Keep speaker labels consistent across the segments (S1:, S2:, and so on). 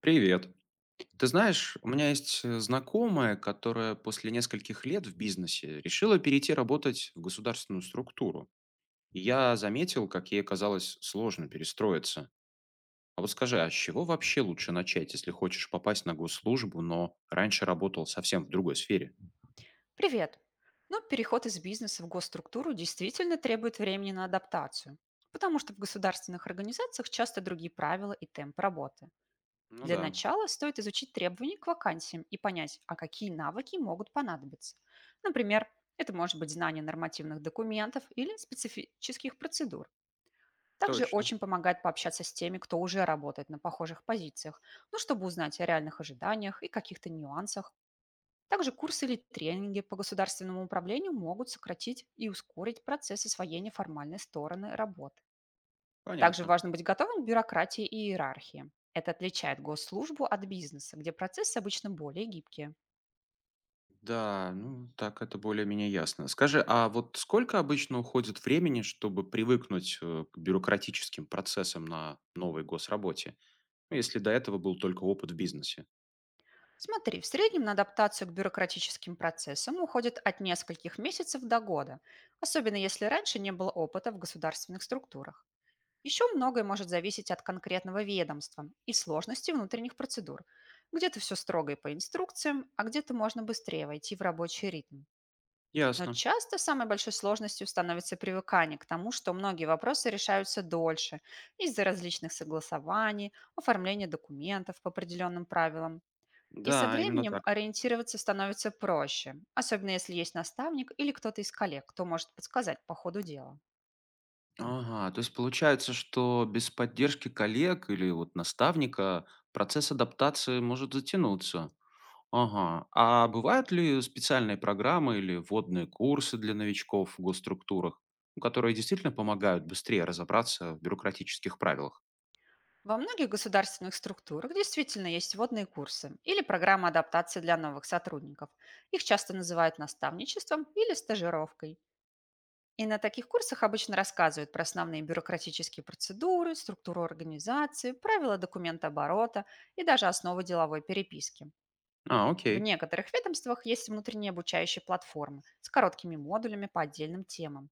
S1: Привет. Ты знаешь, у меня есть знакомая, которая после нескольких лет в бизнесе решила перейти работать в государственную структуру. И я заметил, как ей казалось сложно перестроиться. А вот скажи, а с чего вообще лучше начать, если хочешь попасть на госслужбу, но раньше работал совсем в другой сфере?
S2: Привет! Но переход из бизнеса в госструктуру действительно требует времени на адаптацию, потому что в государственных организациях часто другие правила и темп работы.
S1: Ну
S2: Для
S1: да,
S2: начала стоит изучить требования к вакансиям и понять, а какие навыки могут понадобиться. Например, это может быть знание нормативных документов или специфических процедур. Также
S1: точно.
S2: очень помогает пообщаться с теми, кто уже работает на похожих позициях, ну, чтобы узнать о реальных ожиданиях и каких-то нюансах, также курсы или тренинги по государственному управлению могут сократить и ускорить процесс освоения формальной стороны работы. Также
S1: Понятно.
S2: важно быть готовым к бюрократии и иерархии. Это отличает госслужбу от бизнеса, где процессы обычно более гибкие.
S1: Да, ну так это более-менее ясно. Скажи, а вот сколько обычно уходит времени, чтобы привыкнуть к бюрократическим процессам на новой госработе? Ну, если до этого был только опыт в бизнесе.
S2: Смотри, в среднем на адаптацию к бюрократическим процессам уходит от нескольких месяцев до года, особенно если раньше не было опыта в государственных структурах. Еще многое может зависеть от конкретного ведомства и сложности внутренних процедур. Где-то все строго и по инструкциям, а где-то можно быстрее войти в рабочий ритм. Но
S1: Ясно.
S2: часто самой большой сложностью становится привыкание к тому, что многие вопросы решаются дольше из-за различных согласований, оформления документов по определенным правилам. И со
S1: Да, именно
S2: временем
S1: так.
S2: ориентироваться становится проще, особенно если есть наставник или кто-то из коллег, кто может подсказать по ходу дела.
S1: Ага, то есть получается, что без поддержки коллег или вот наставника процесс адаптации может затянуться. Ага. А бывают ли специальные программы или вводные курсы для новичков в госструктурах, ну, которые действительно помогают быстрее разобраться в бюрократических правилах?
S2: Во многих государственных структурах действительно есть водные курсы или программы адаптации для новых сотрудников. Их часто называют наставничеством или стажировкой. И на таких курсах обычно рассказывают про основные бюрократические процедуры, структуру организации, правила документооборота и даже основы деловой переписки.
S1: А,
S2: В
S1: окей.
S2: некоторых ведомствах есть внутренние обучающие платформы с короткими модулями по отдельным темам.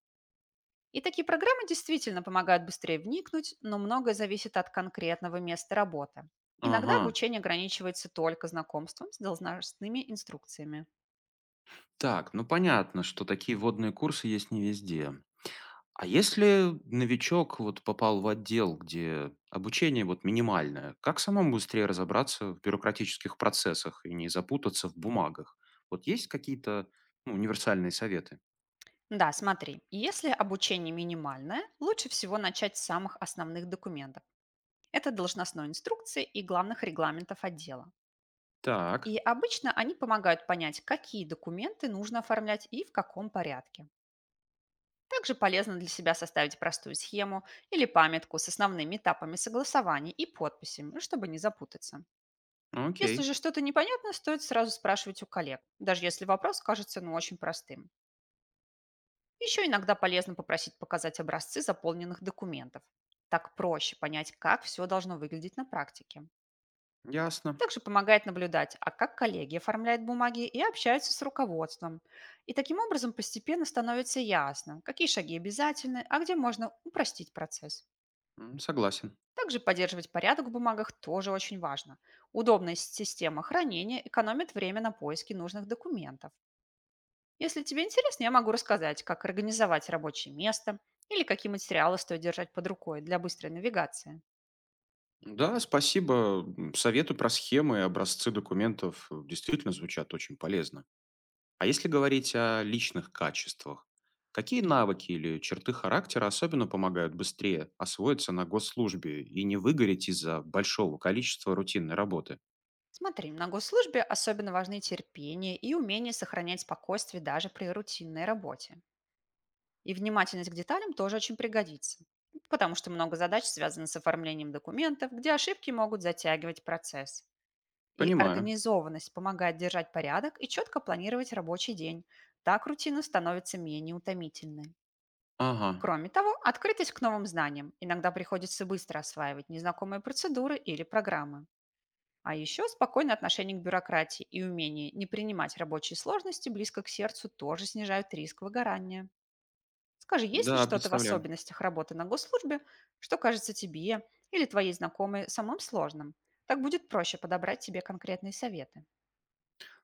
S2: И такие программы действительно помогают быстрее вникнуть, но многое зависит от конкретного места работы. Иногда
S1: Ага.
S2: обучение ограничивается только знакомством с должностными инструкциями.
S1: Так, ну понятно, что такие водные курсы есть не везде. А если новичок вот попал в отдел, где обучение вот минимальное, как самому быстрее разобраться в бюрократических процессах и не запутаться в бумагах? Вот есть какие-то ну, универсальные советы?
S2: Да, смотри, если обучение минимальное, лучше всего начать с самых основных документов. Это должностной инструкции и главных регламентов отдела.
S1: Так,
S2: И обычно они помогают понять, какие документы нужно оформлять и в каком порядке. Также полезно для себя составить простую схему или памятку с основными этапами согласования и подписями, ну, чтобы не запутаться. Если
S1: окей,
S2: же что-то непонятно, стоит сразу спрашивать у коллег, даже если вопрос кажется ну, очень простым. Еще иногда полезно попросить показать образцы заполненных документов. Так проще понять, как все должно выглядеть на практике.
S1: ясно.
S2: Также помогает наблюдать, а как коллеги оформляют бумаги и общаются с руководством. И таким образом постепенно становится ясно, какие шаги обязательны, а где можно упростить процесс.
S1: М, согласен.
S2: Также поддерживать порядок в бумагах тоже очень важно. Удобная система хранения экономит время на поиски нужных документов. Если тебе интересно, я могу рассказать, как организовать рабочее место или какие материалы стоит держать под рукой для быстрой навигации.
S1: Да, спасибо. М, советы про схемы и образцы документов действительно звучат очень полезно. А если говорить о личных качествах, какие навыки или черты характера особенно помогают быстрее освоиться на госслужбе и не выгореть из-за большого количества рутинной работы?
S2: Смотри, на госслужбе особенно важны терпение и умение сохранять спокойствие даже при рутинной работе. И внимательность к деталям тоже очень пригодится, потому что много задач связано с оформлением документов, где ошибки могут затягивать процесс. И
S1: Понимаю.
S2: организованность помогает держать порядок и четко планировать рабочий день. Так рутина становится менее утомительной.
S1: Ага.
S2: Кроме того, открытость к новым знаниям. Иногда приходится быстро осваивать незнакомые процедуры или программы. А еще спокойное отношение к бюрократии и умение не принимать рабочие сложности близко к сердцу тоже снижают риск выгорания. Скажи, есть ли
S1: Да,
S2: что-то в
S1: представляю.
S2: особенностях работы на госслужбе, что кажется тебе или твоей знакомой самым сложным? Так будет проще подобрать тебе конкретные советы.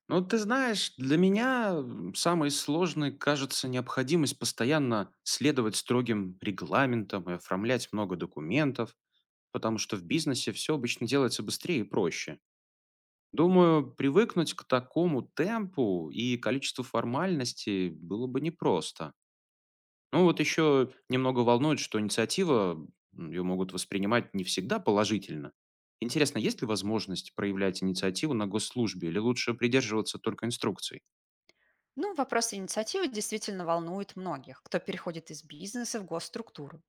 S1: Ну, ты знаешь, для меня м, самой сложной кажется необходимость постоянно следовать строгим регламентам и оформлять много документов, потому что в бизнесе все обычно делается быстрее и проще. Думаю, привыкнуть к такому темпу и количеству формальностей было бы непросто. Ну вот еще немного волнует, что инициатива, ее могут воспринимать не всегда положительно. Интересно, есть ли возможность проявлять инициативу на госслужбе или лучше придерживаться только инструкций?
S2: Ну, вопрос инициативы действительно волнует многих, кто переходит из бизнеса в госструктуру.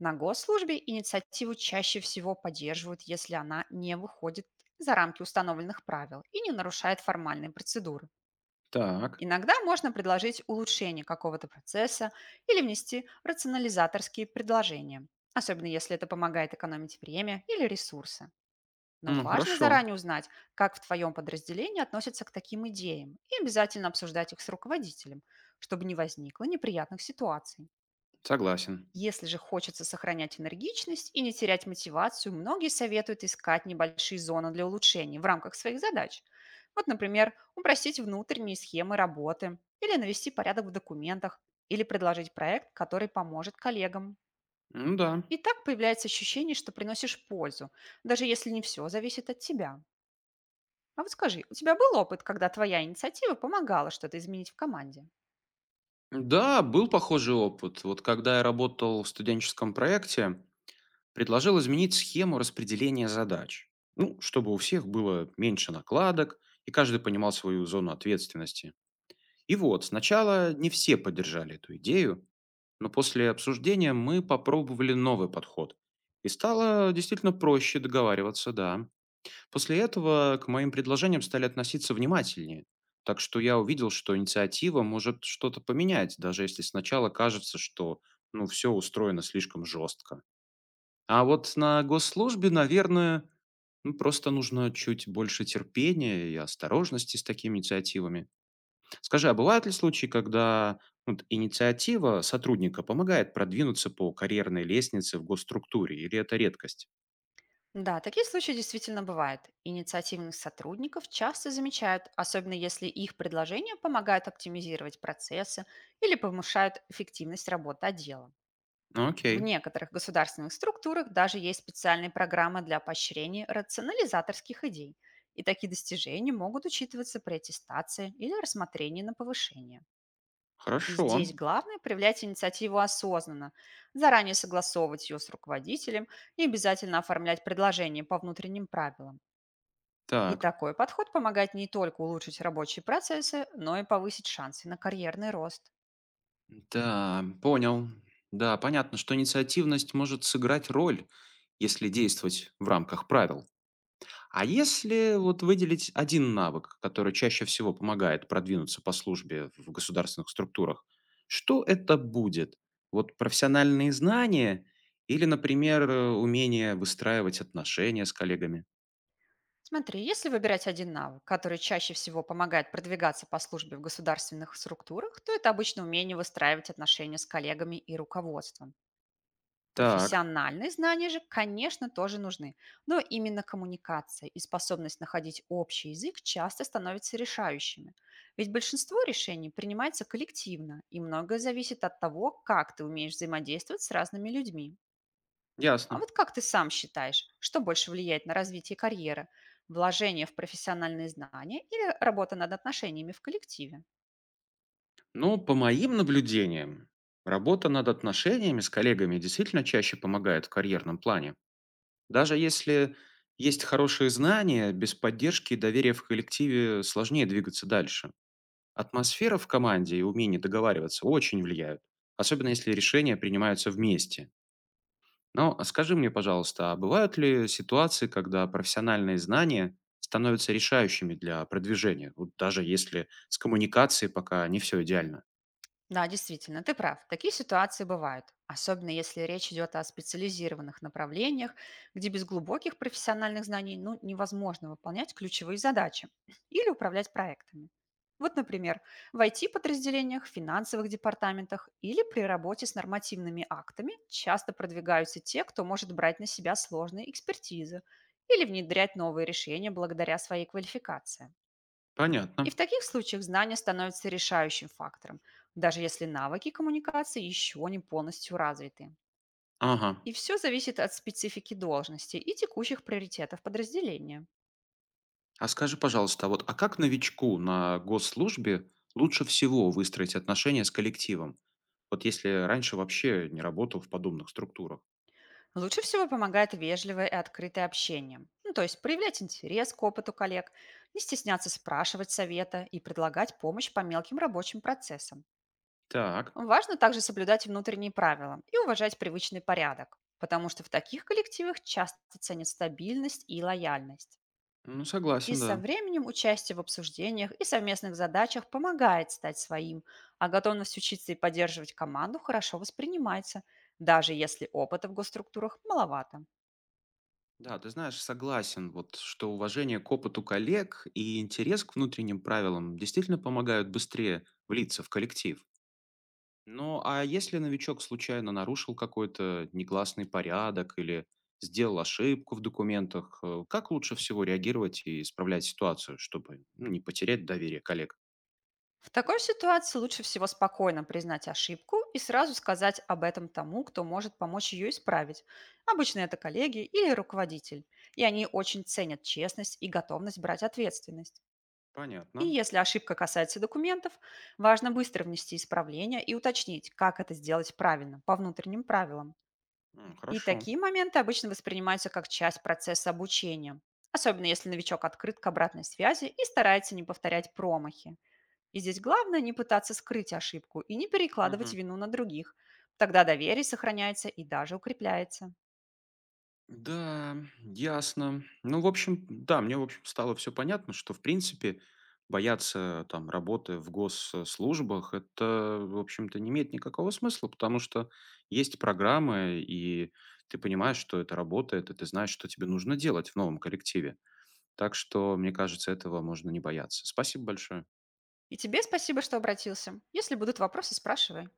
S2: На госслужбе инициативу чаще всего поддерживают, если она не выходит за рамки установленных правил и не нарушает формальные процедуры.
S1: Так,
S2: Иногда можно предложить улучшение какого-то процесса или внести рационализаторские предложения, особенно если это помогает экономить время или ресурсы. Но
S1: ну
S2: важно
S1: хорошо,
S2: заранее узнать, как в твоем подразделении относятся к таким идеям, и обязательно обсуждать их с руководителем, чтобы не возникло неприятных ситуаций.
S1: согласен.
S2: Если же хочется сохранять энергичность и не терять мотивацию, многие советуют искать небольшие зоны для улучшений в рамках своих задач. Вот, например, упростить внутренние схемы работы, или навести порядок в документах, или предложить проект, который поможет коллегам.
S1: Ну да.
S2: И так появляется ощущение, что приносишь пользу, даже если не все зависит от тебя. А вот скажи, у тебя был опыт, когда твоя инициатива помогала что-то изменить в команде?
S1: Да, был похожий опыт. Вот когда я работал в студенческом проекте, предложил изменить схему распределения задач, ну, чтобы у всех было меньше накладок и каждый понимал свою зону ответственности. И вот, сначала не все поддержали эту идею, но после обсуждения мы попробовали новый подход. И стало действительно проще договариваться, да. После этого к моим предложениям стали относиться внимательнее. Так что я увидел, что инициатива может что-то поменять, даже если сначала кажется, что ну, все устроено слишком жестко. А вот на госслужбе, наверное, ну, просто нужно чуть больше терпения и осторожности с такими инициативами. Скажи, а бывают ли случаи, когда ну, вот инициатива сотрудника помогает продвинуться по карьерной лестнице в госструктуре, или это редкость?
S2: Да, такие случаи действительно бывают. Инициативных сотрудников часто замечают, особенно если их предложения помогают оптимизировать процессы или повышают эффективность работы отдела. В
S1: Окей,
S2: некоторых государственных структурах даже есть специальные программы для поощрения рационализаторских идей, и такие достижения могут учитываться при аттестации или рассмотрении на повышение. И
S1: хорошо.
S2: здесь главное проявлять инициативу осознанно, заранее согласовывать ее с руководителем и обязательно оформлять предложение по внутренним правилам. И
S1: Так,
S2: такой подход помогает не только улучшить рабочие процессы, но и повысить шансы на карьерный рост.
S1: да, понял. Да, понятно, что инициативность может сыграть роль, если действовать в рамках правил. А если вот выделить один навык, который чаще всего помогает продвинуться по службе в государственных структурах, что это будет? Вот профессиональные знания или, например, умение выстраивать отношения с коллегами?
S2: Смотри, если выбирать один навык, который чаще всего помогает продвигаться по службе в государственных структурах, то это обычно умение выстраивать отношения с коллегами и руководством.
S1: Так,
S2: Профессиональные знания же, конечно, тоже нужны, но именно коммуникация и способность находить общий язык часто становятся решающими. Ведь большинство решений принимается коллективно, и многое зависит от того, как ты умеешь взаимодействовать с разными людьми. А
S1: ясно.
S2: вот как ты сам считаешь, что больше влияет на развитие карьеры? Вложение в профессиональные знания или работа над отношениями в коллективе?
S1: Ну, по моим наблюдениям, работа над отношениями с коллегами действительно чаще помогает в карьерном плане. Даже если есть хорошие знания, без поддержки и доверия в коллективе сложнее двигаться дальше. Атмосфера в команде и умение договариваться очень влияют, особенно если решения принимаются вместе. Но а скажи мне, пожалуйста, а бывают ли ситуации, когда профессиональные знания становятся решающими для продвижения, вот даже если с коммуникацией пока не все идеально?
S2: Да, действительно, ты прав. Такие ситуации бывают, особенно если речь идет о специализированных направлениях, где без глубоких профессиональных знаний ну, невозможно выполнять ключевые задачи или управлять проектами. Вот, например, в IT-подразделениях, финансовых департаментах или при работе с нормативными актами часто продвигаются те, кто может брать на себя сложные экспертизы или внедрять новые решения благодаря своей квалификации. И в
S1: Понятно.
S2: таких случаях знания становятся решающим фактором, даже если навыки коммуникации еще не полностью развиты.
S1: Ага.
S2: И все зависит от специфики должности и текущих приоритетов подразделения.
S1: А скажи, пожалуйста, а вот а как новичку на госслужбе лучше всего выстроить отношения с коллективом? Вот если раньше вообще не работал в подобных структурах.
S2: Лучше всего помогает вежливое и открытое общение. Ну, то есть проявлять интерес к опыту коллег, не стесняться спрашивать совета и предлагать помощь по мелким рабочим процессам.
S1: Так,
S2: Важно также соблюдать внутренние правила и уважать привычный порядок, потому что в таких коллективах часто ценят стабильность и лояльность.
S1: ну
S2: И
S1: согласен,
S2: со
S1: да.
S2: временем участие в обсуждениях и совместных задачах помогает стать своим, а готовность учиться и поддерживать команду хорошо воспринимается, даже если опыта в госструктурах маловато.
S1: Да, ты знаешь, согласен, вот, что уважение к опыту коллег и интерес к внутренним правилам действительно помогают быстрее влиться в коллектив. Ну, а если новичок случайно нарушил какой-то негласный порядок или сделал ошибку в документах, как лучше всего реагировать и исправлять ситуацию, чтобы ну, не потерять доверие коллег?
S2: В такой ситуации лучше всего спокойно признать ошибку и сразу сказать об этом тому, кто может помочь ее исправить. Обычно это коллеги или руководитель, и они очень ценят честность и готовность брать ответственность. И
S1: Понятно.
S2: если ошибка касается документов, важно быстро внести исправление и уточнить, как это сделать правильно, по внутренним правилам.
S1: М,
S2: И
S1: хорошо.
S2: такие моменты обычно воспринимаются как часть процесса обучения, особенно если новичок открыт к обратной связи и старается не повторять промахи. И здесь главное не пытаться скрыть ошибку и не перекладывать
S1: Мгм.
S2: вину на других. Тогда доверие сохраняется и даже укрепляется.
S1: Да, ясно. Ну, в общем, да, мне, в общем, стало все понятно, что, в принципе, бояться там работы в госслужбах- это, в общем-то, не имеет никакого смысла, потому что есть программы, и ты понимаешь, что это работает, и ты знаешь, что тебе нужно делать в новом коллективе. Так что, мне кажется, этого можно не бояться. Спасибо большое.
S2: И тебе спасибо, что обратился. Если будут вопросы, спрашивай.